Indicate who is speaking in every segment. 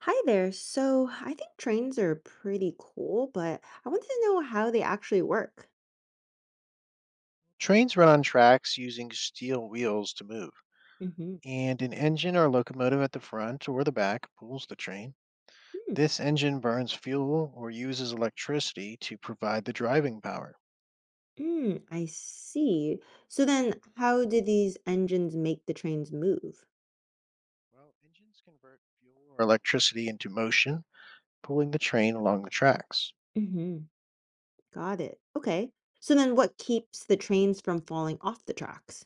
Speaker 1: Hi there. So I think trains are pretty cool, but I wanted to know how they actually work.
Speaker 2: Trains run on tracks using steel wheels to move,
Speaker 1: Hmm.
Speaker 2: and an engine or locomotive at the front or the back pulls the train.
Speaker 1: Hmm.
Speaker 2: This engine burns fuel or uses electricity to provide the driving power.
Speaker 1: Mm, I see. So then, how do these engines make the trains move?
Speaker 2: Well, engines convert fuel or electricity into motion, pulling the train along the tracks.
Speaker 1: Hmm. Got it. Okay. So then, what keeps the trains from falling off the tracks?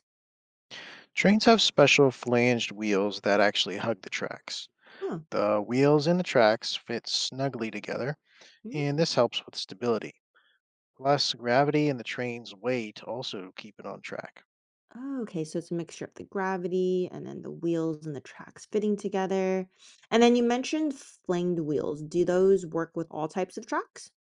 Speaker 2: Trains have special flanged wheels that actually hug the tracks.
Speaker 1: Huh.
Speaker 2: The wheels and the tracks fit snugly together, and
Speaker 1: Mm.
Speaker 2: this helps with stability. Plus, gravity and the train's weight also keep it on track.
Speaker 1: Oh, okay. So it's a mixture of the gravity and then the wheels and the tracks fitting together. And then you mentioned flanged wheels. Do those work with all types of tracks?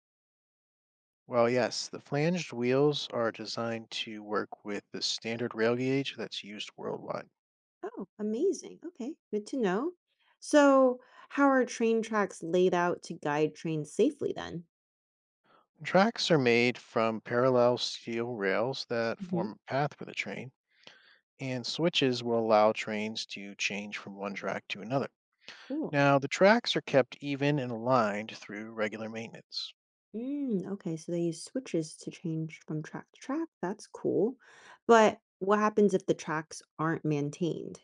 Speaker 2: Well, yes, the flanged wheels are designed to work with the standard rail gauge that's used worldwide.
Speaker 1: Oh, amazing. Okay, good to know. So, how are train tracks laid out to guide trains safely then?
Speaker 2: Tracks are made from parallel steel rails that
Speaker 1: Hmm.
Speaker 2: form a path for the train, and switches will allow trains to change from one track to another.
Speaker 1: Cool.
Speaker 2: Now, the tracks are kept even and aligned through regular maintenance.
Speaker 1: Mm, okay, so they use switches to change from track to track. That's cool. But what happens if the tracks aren't maintained?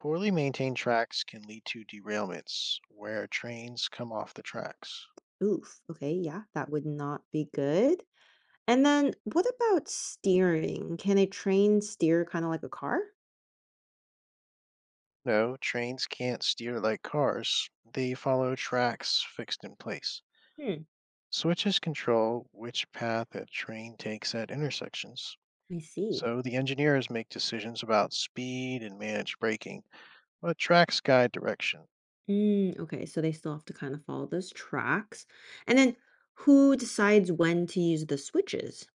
Speaker 2: Poorly maintained tracks can lead to derailments where trains come off the tracks.
Speaker 1: Oof. Okay, yeah, that would not be good. And then what about steering? Can a train steer kind of like a car?
Speaker 2: No, trains can't steer like cars. They follow tracks fixed in place.
Speaker 1: Hmm,
Speaker 2: Switches control which path a train takes at intersections.
Speaker 1: I see.
Speaker 2: So the engineers make decisions about speed and manage braking, but tracks guide direction.
Speaker 1: Mm, okay, so they still have to kind of follow those tracks. And then who decides when to use the switches?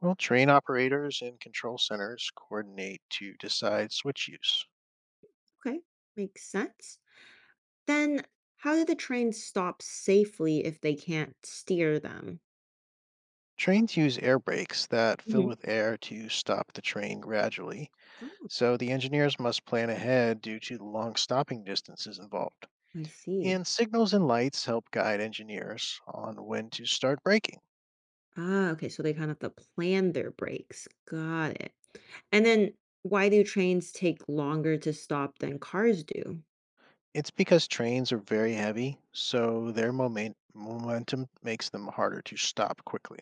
Speaker 2: Well, train operators and control centers coordinate to decide switch use.
Speaker 1: Okay, makes sense. Then how do the trains stop safely if they can't steer them?
Speaker 2: Trains use air brakes that fill
Speaker 1: Hmm.
Speaker 2: with air to stop the train gradually,
Speaker 1: Oh,
Speaker 2: so the engineers must plan ahead due to the long stopping distances involved.
Speaker 1: I see.
Speaker 2: And signals and lights help guide engineers on when to start braking.
Speaker 1: Ah, okay, so they kind of have to plan their breaks. Got it. And then why do trains take longer to stop than cars do?
Speaker 2: It's because trains are very heavy, so their momentum makes them harder to stop quickly.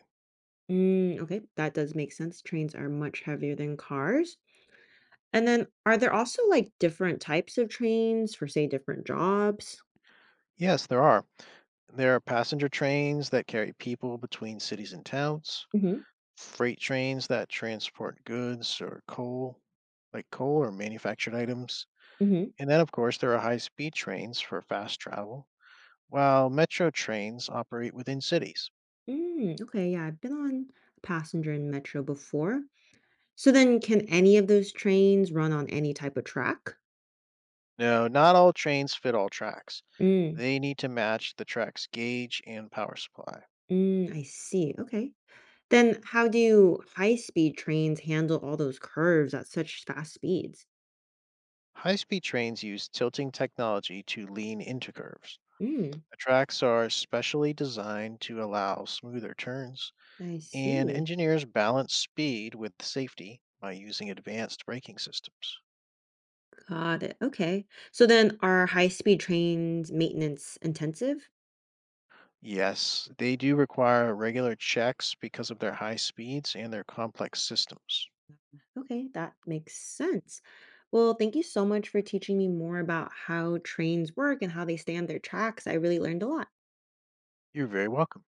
Speaker 1: Mm, okay, that does make sense. Trains are much heavier than cars. And then are there also, like, different types of trains for, say, different jobs?
Speaker 2: Yes, there are. There are passenger trains that carry people between cities and towns,
Speaker 1: Mhm,
Speaker 2: freight trains that transport goods or coal, like coal or manufactured items.
Speaker 1: mhm.
Speaker 2: And then, of course, there are high speed trains for fast travel, while metro trains operate within cities.
Speaker 1: Mm, okay, yeah, I've been on passenger and metro before. So then can any of those trains run on any type of track?
Speaker 2: No, not all trains fit all tracks.
Speaker 1: Mm,
Speaker 2: They need to match the track's gauge and power supply.
Speaker 1: mm, I see, okay. Then how do high-speed trains handle all those curves at such fast speeds?
Speaker 2: High speed trains use tilting technology to lean into curves.
Speaker 1: Mm,
Speaker 2: The tracks are specially designed to allow smoother turns,
Speaker 1: I
Speaker 2: and
Speaker 1: see.
Speaker 2: engineers balance speed with safety by using advanced braking systems.
Speaker 1: Got it, okay. So then are high-speed trains maintenance intensive?
Speaker 2: Yes, they do require regular checks because of their high speeds and their complex systems.
Speaker 1: Okay, that makes sense. Well, thank you so much for teaching me more about how trains work and how they stay on their tracks. I really learned a lot.
Speaker 2: You're very welcome.